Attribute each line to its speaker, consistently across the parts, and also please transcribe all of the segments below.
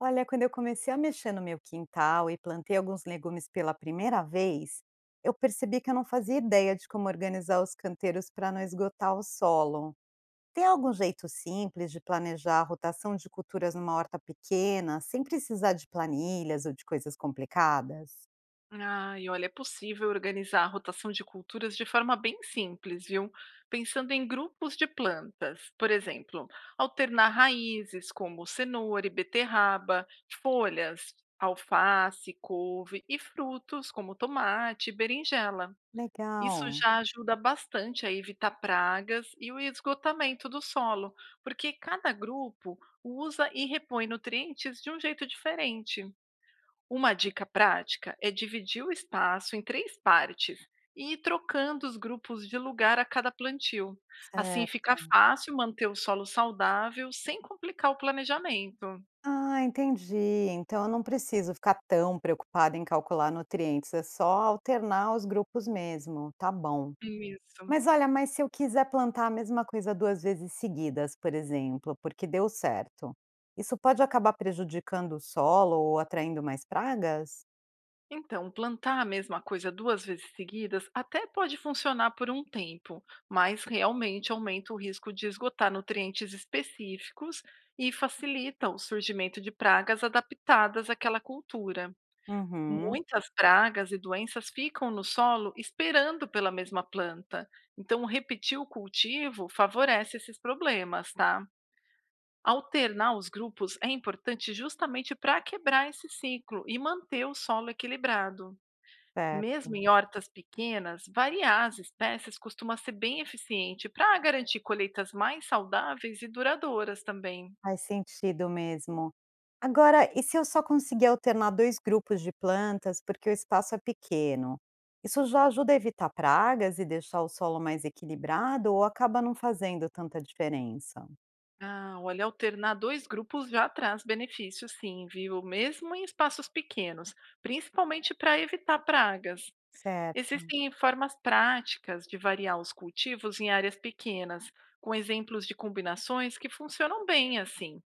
Speaker 1: Olha, quando eu comecei a mexer no meu quintal e plantei alguns legumes pela primeira vez, eu percebi que eu não fazia ideia de como organizar os canteiros para não esgotar o solo. Tem algum jeito simples de planejar a rotação de culturas numa horta pequena, sem precisar de planilhas ou de coisas complicadas?
Speaker 2: Ah, e olha, é possível organizar a rotação de culturas de forma bem simples, viu? Pensando em grupos de plantas, por exemplo, alternar raízes como cenoura e beterraba, folhas, alface, couve e frutos como tomate e berinjela. Isso
Speaker 1: Legal.
Speaker 2: já ajuda bastante a evitar pragas e o esgotamento do solo, porque cada grupo usa e repõe nutrientes de um jeito diferente. Uma dica prática é dividir o espaço em três partes e ir trocando os grupos de lugar a cada plantio. Assim
Speaker 1: Certo.
Speaker 2: fica fácil manter o solo saudável sem complicar o planejamento.
Speaker 1: Ah, entendi. Então eu não preciso ficar tão preocupada em calcular nutrientes, é só alternar os grupos mesmo. Tá bom.
Speaker 2: Isso.
Speaker 1: Mas olha, mas se eu quiser plantar a mesma coisa 2 vezes seguidas, por exemplo, porque deu certo, isso pode acabar prejudicando o solo ou atraindo mais pragas?
Speaker 2: Então, plantar a mesma coisa duas vezes seguidas até pode funcionar por um tempo, mas realmente aumenta o risco de esgotar nutrientes específicos e facilita o surgimento de pragas adaptadas àquela cultura.
Speaker 1: Uhum,
Speaker 2: Muitas pragas e doenças ficam no solo esperando pela mesma planta, então repetir o cultivo favorece esses problemas, tá? Alternar os grupos é importante justamente para quebrar esse ciclo e manter o solo equilibrado.
Speaker 1: certo.
Speaker 2: Mesmo em hortas pequenas, variar as espécies costuma ser bem eficiente para garantir colheitas mais saudáveis e duradouras também.
Speaker 1: Faz sentido mesmo. Agora, e se eu só conseguir alternar 2 grupos de plantas porque o espaço é pequeno? Isso já ajuda a evitar pragas e deixar o solo mais equilibrado ou acaba não fazendo tanta diferença?
Speaker 2: Ah, olha, alternar dois grupos já traz benefícios, sim, viu? Mesmo em espaços pequenos, principalmente para evitar pragas.
Speaker 1: Certo.
Speaker 2: Existem formas práticas de variar os cultivos em áreas pequenas, com exemplos de combinações que funcionam bem assim.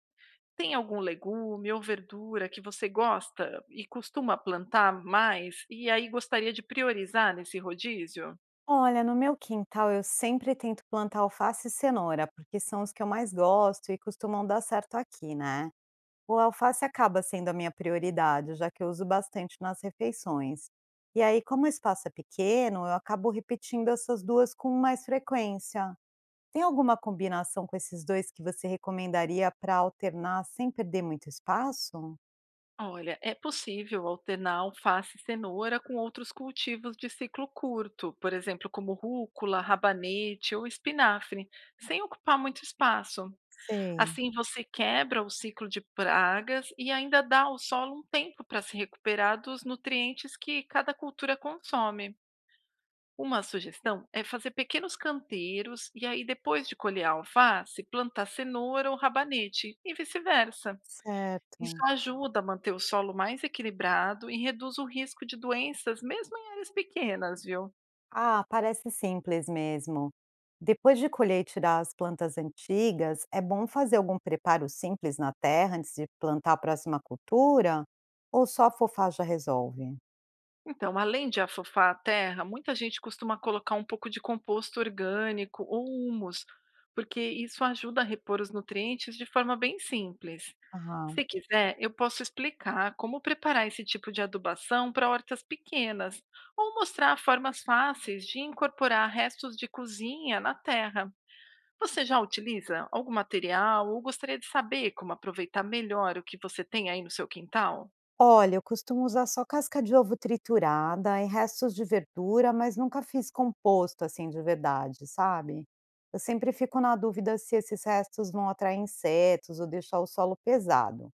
Speaker 2: Tem algum legume ou verdura que você gosta e costuma plantar mais, e aí gostaria de priorizar nesse rodízio?
Speaker 1: Olha, no meu quintal eu sempre tento plantar alface e cenoura, porque são os que eu mais gosto e costumam dar certo aqui, né? O alface acaba sendo a minha prioridade, já que eu uso bastante nas refeições. E aí, como o espaço é pequeno, eu acabo repetindo essas duas com mais frequência. Tem alguma combinação com esses dois que você recomendaria para alternar sem perder muito espaço?
Speaker 2: Olha, é possível alternar alface e cenoura com outros cultivos de ciclo curto, por exemplo, como rúcula, rabanete ou espinafre, sem ocupar muito espaço.
Speaker 1: Sei,
Speaker 2: Assim, você quebra o ciclo de pragas e ainda dá ao solo um tempo para se recuperar dos nutrientes que cada cultura consome. Uma sugestão é fazer pequenos canteiros e aí, depois de colher a alface, plantar cenoura ou rabanete e vice-versa. Isso
Speaker 1: certo.
Speaker 2: ajuda a manter o solo mais equilibrado e reduz o risco de doenças, mesmo em áreas pequenas, viu?
Speaker 1: Ah, parece simples mesmo. Depois de colher e tirar as plantas antigas, é bom fazer algum preparo simples na terra antes de plantar a próxima cultura? Ou só fofar já resolve?
Speaker 2: Então, além de afofar a terra, muita gente costuma colocar um pouco de composto orgânico ou humus, porque isso ajuda a repor os nutrientes de forma bem simples.
Speaker 1: Aham.
Speaker 2: Se quiser, eu posso explicar como preparar esse tipo de adubação para hortas pequenas ou mostrar formas fáceis de incorporar restos de cozinha na terra. Você já utiliza algum material ou gostaria de saber como aproveitar melhor o que você tem aí no seu quintal?
Speaker 1: Olha, eu costumo usar só casca de ovo triturada e restos de verdura, mas nunca fiz composto assim de verdade, sabe? Eu sempre fico na dúvida se esses restos vão atrair insetos ou deixar o solo pesado.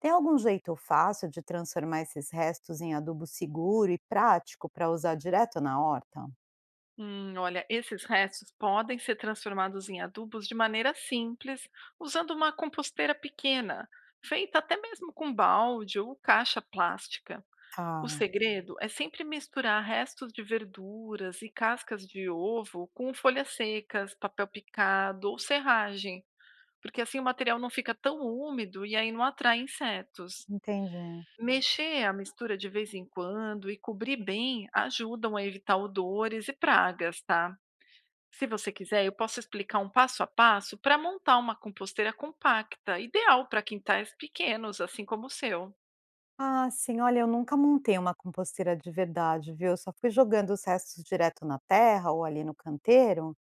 Speaker 1: Tem algum jeito fácil de transformar esses restos em adubo seguro e prático para usar direto na horta?
Speaker 2: Olha, esses restos podem ser transformados em adubos de maneira simples, usando uma composteira pequena, feita até mesmo com balde ou caixa plástica. O
Speaker 1: Ah,
Speaker 2: segredo é sempre misturar restos de verduras e cascas de ovo com folhas secas, papel picado ou serragem, porque assim o material não fica tão úmido e aí não atrai insetos.
Speaker 1: entendi.
Speaker 2: Mexer a mistura de vez em quando e cobrir bem ajudam a evitar odores e pragas, tá? Se você quiser, eu posso explicar um passo a passo para montar uma composteira compacta, ideal para quintais pequenos, assim como o seu.
Speaker 1: Ah, sim, olha, eu nunca montei uma composteira de verdade, viu? Eu só fui jogando os restos direto na terra ou ali no canteiro.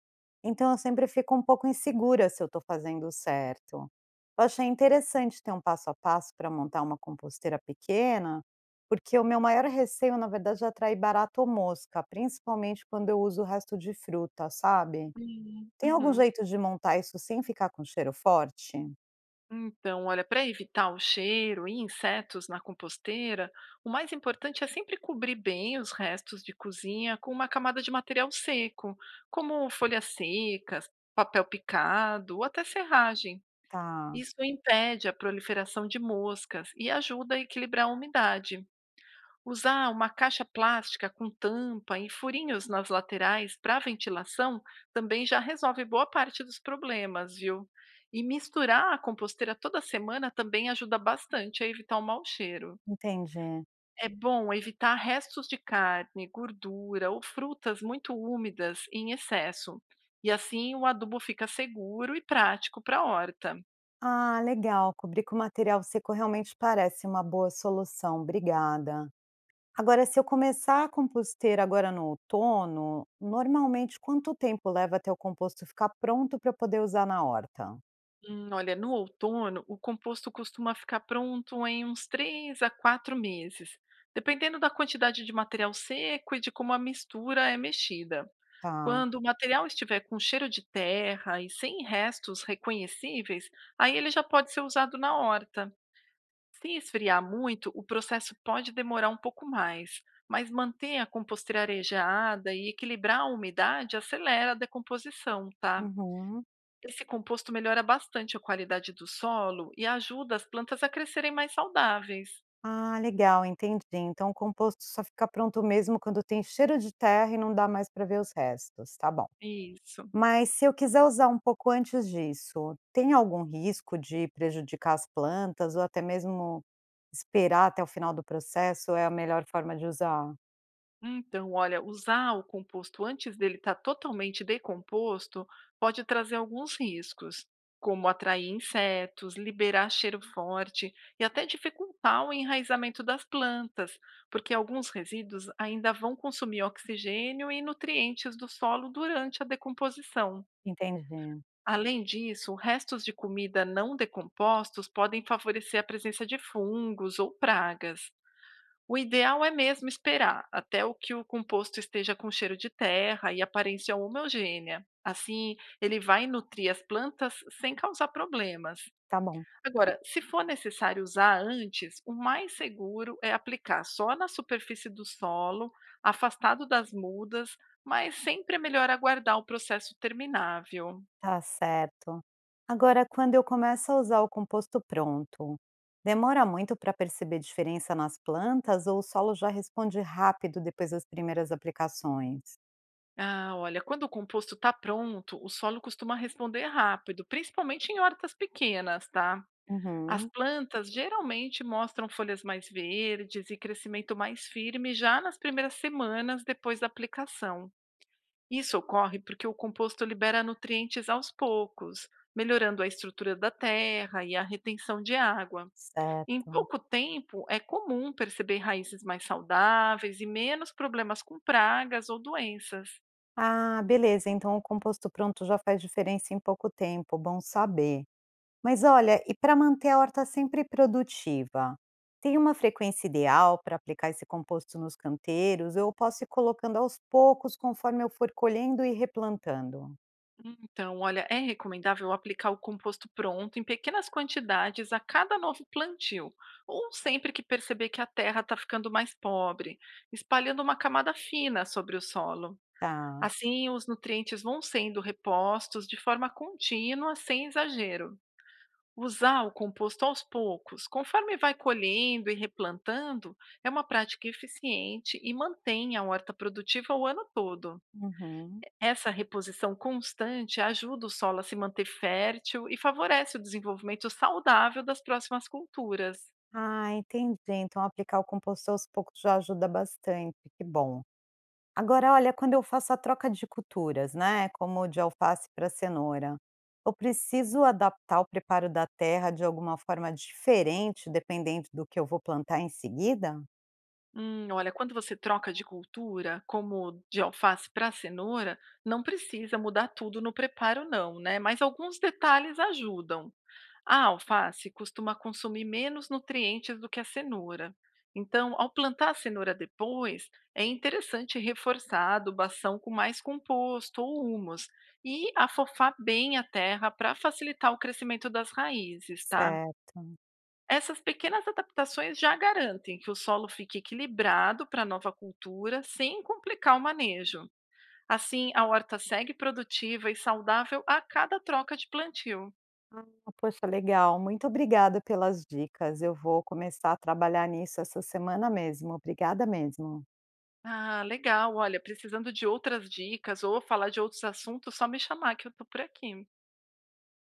Speaker 1: Então eu sempre fico um pouco insegura se eu estou fazendo certo. Eu achei interessante ter um passo a passo para montar uma composteira pequena, porque o meu maior receio, na verdade, é atrair barato ou mosca, principalmente quando eu uso o resto de fruta, sabe? Tem algum
Speaker 2: Uhum.
Speaker 1: jeito de montar isso sem ficar com cheiro forte?
Speaker 2: Então, olha, para evitar o cheiro e insetos na composteira, o mais importante é sempre cobrir bem os restos de cozinha com uma camada de material seco, como folhas secas, papel picado ou até serragem.
Speaker 1: Tá,
Speaker 2: Isso impede a proliferação de moscas e ajuda a equilibrar a umidade. Usar uma caixa plástica com tampa e furinhos nas laterais para ventilação também já resolve boa parte dos problemas, viu? E misturar a composteira toda semana também ajuda bastante a evitar o mau cheiro.
Speaker 1: entendi.
Speaker 2: É bom evitar restos de carne, gordura ou frutas muito úmidas em excesso. E assim o adubo fica seguro e prático para a horta.
Speaker 1: Ah, legal. Cobrir com material seco realmente parece uma boa solução. Obrigada. Agora, se eu começar a composteira agora no outono, normalmente quanto tempo leva até o composto ficar pronto para eu poder usar na horta?
Speaker 2: Olha, no outono, o composto costuma ficar pronto em uns 3 a 4 meses, dependendo da quantidade de material seco e de como a mistura é mexida.
Speaker 1: Tá.
Speaker 2: Quando o material estiver com cheiro de terra e sem restos reconhecíveis, aí ele já pode ser usado na horta. Se esfriar muito, o processo pode demorar um pouco mais, mas manter a composteira arejada e equilibrar a umidade acelera a decomposição, tá?
Speaker 1: Uhum.
Speaker 2: Esse composto melhora bastante a qualidade do solo e ajuda as plantas a crescerem mais saudáveis.
Speaker 1: Ah, legal, entendi. Então, o composto só fica pronto mesmo quando tem cheiro de terra e não dá mais para ver os restos, tá bom.
Speaker 2: Isso.
Speaker 1: Mas se eu quiser usar um pouco antes disso, tem algum risco de prejudicar as plantas ou até mesmo esperar até o final do processo é a melhor forma de usar?
Speaker 2: Então, olha, usar o composto antes dele estar totalmente decomposto pode trazer alguns riscos, como atrair insetos, liberar cheiro forte e até dificultar o enraizamento das plantas, porque alguns resíduos ainda vão consumir oxigênio e nutrientes do solo durante a decomposição.
Speaker 1: Entendi.
Speaker 2: Além disso, restos de comida não decompostos podem favorecer a presença de fungos ou pragas. O ideal é mesmo esperar até o que o composto esteja com cheiro de terra e aparência homogênea. Assim, ele vai nutrir as plantas sem causar problemas.
Speaker 1: Tá bom.
Speaker 2: Agora, se for necessário usar antes, o mais seguro é aplicar só na superfície do solo, afastado das mudas, mas sempre é melhor aguardar o processo terminar, viu?
Speaker 1: Tá certo. Agora, quando eu começo a usar o composto pronto, demora muito para perceber diferença nas plantas ou o solo já responde rápido depois das primeiras aplicações?
Speaker 2: Ah, olha, quando o composto está pronto, o solo costuma responder rápido, principalmente em hortas pequenas, tá? As
Speaker 1: Uhum.
Speaker 2: plantas geralmente mostram folhas mais verdes e crescimento mais firme já nas primeiras semanas depois da aplicação. Isso ocorre porque o composto libera nutrientes aos poucos, melhorando a estrutura da terra e a retenção de água. Em
Speaker 1: Certo.
Speaker 2: pouco tempo, é comum perceber raízes mais saudáveis e menos problemas com pragas ou doenças.
Speaker 1: Ah, beleza. Então o composto pronto já faz diferença em pouco tempo, bom saber. Mas olha, e para manter a horta sempre produtiva, tem uma frequência ideal para aplicar esse composto nos canteiros? Eu posso ir colocando aos poucos conforme eu for colhendo e replantando?
Speaker 2: Então, olha, é recomendável aplicar o composto pronto em pequenas quantidades a cada novo plantio, ou sempre que perceber que a terra está ficando mais pobre, espalhando uma camada fina sobre o solo.
Speaker 1: Tá.
Speaker 2: Assim, os nutrientes vão sendo repostos de forma contínua, sem exagero. Usar o composto aos poucos, conforme vai colhendo e replantando, é uma prática eficiente e mantém a horta produtiva o ano todo.
Speaker 1: Uhum.
Speaker 2: Essa reposição constante ajuda o solo a se manter fértil e favorece o desenvolvimento saudável das próximas culturas.
Speaker 1: Ah, entendi. Então aplicar o composto aos poucos já ajuda bastante, que bom. Agora olha, quando eu faço a troca de culturas, né, como de alface para cenoura, eu preciso adaptar o preparo da terra de alguma forma diferente dependendo do que eu vou plantar em seguida?
Speaker 2: Olha, quando você troca de cultura, como de alface para cenoura, não precisa mudar tudo no preparo, não, né? Mas alguns detalhes ajudam. A alface costuma consumir menos nutrientes do que a cenoura. Então, ao plantar a cenoura depois, é interessante reforçar a adubação com mais composto ou humus e afofar bem a terra para facilitar o crescimento das raízes, tá?
Speaker 1: Certo.
Speaker 2: Essas pequenas adaptações já garantem que o solo fique equilibrado para a nova cultura, sem complicar o manejo. Assim, a horta segue produtiva e saudável a cada troca de plantio.
Speaker 1: Poxa, legal. Muito obrigada pelas dicas. Eu vou começar a trabalhar nisso essa semana mesmo. Obrigada mesmo.
Speaker 2: Ah, legal. Olha, precisando de outras dicas ou falar de outros assuntos, só me chamar que eu tô por aqui.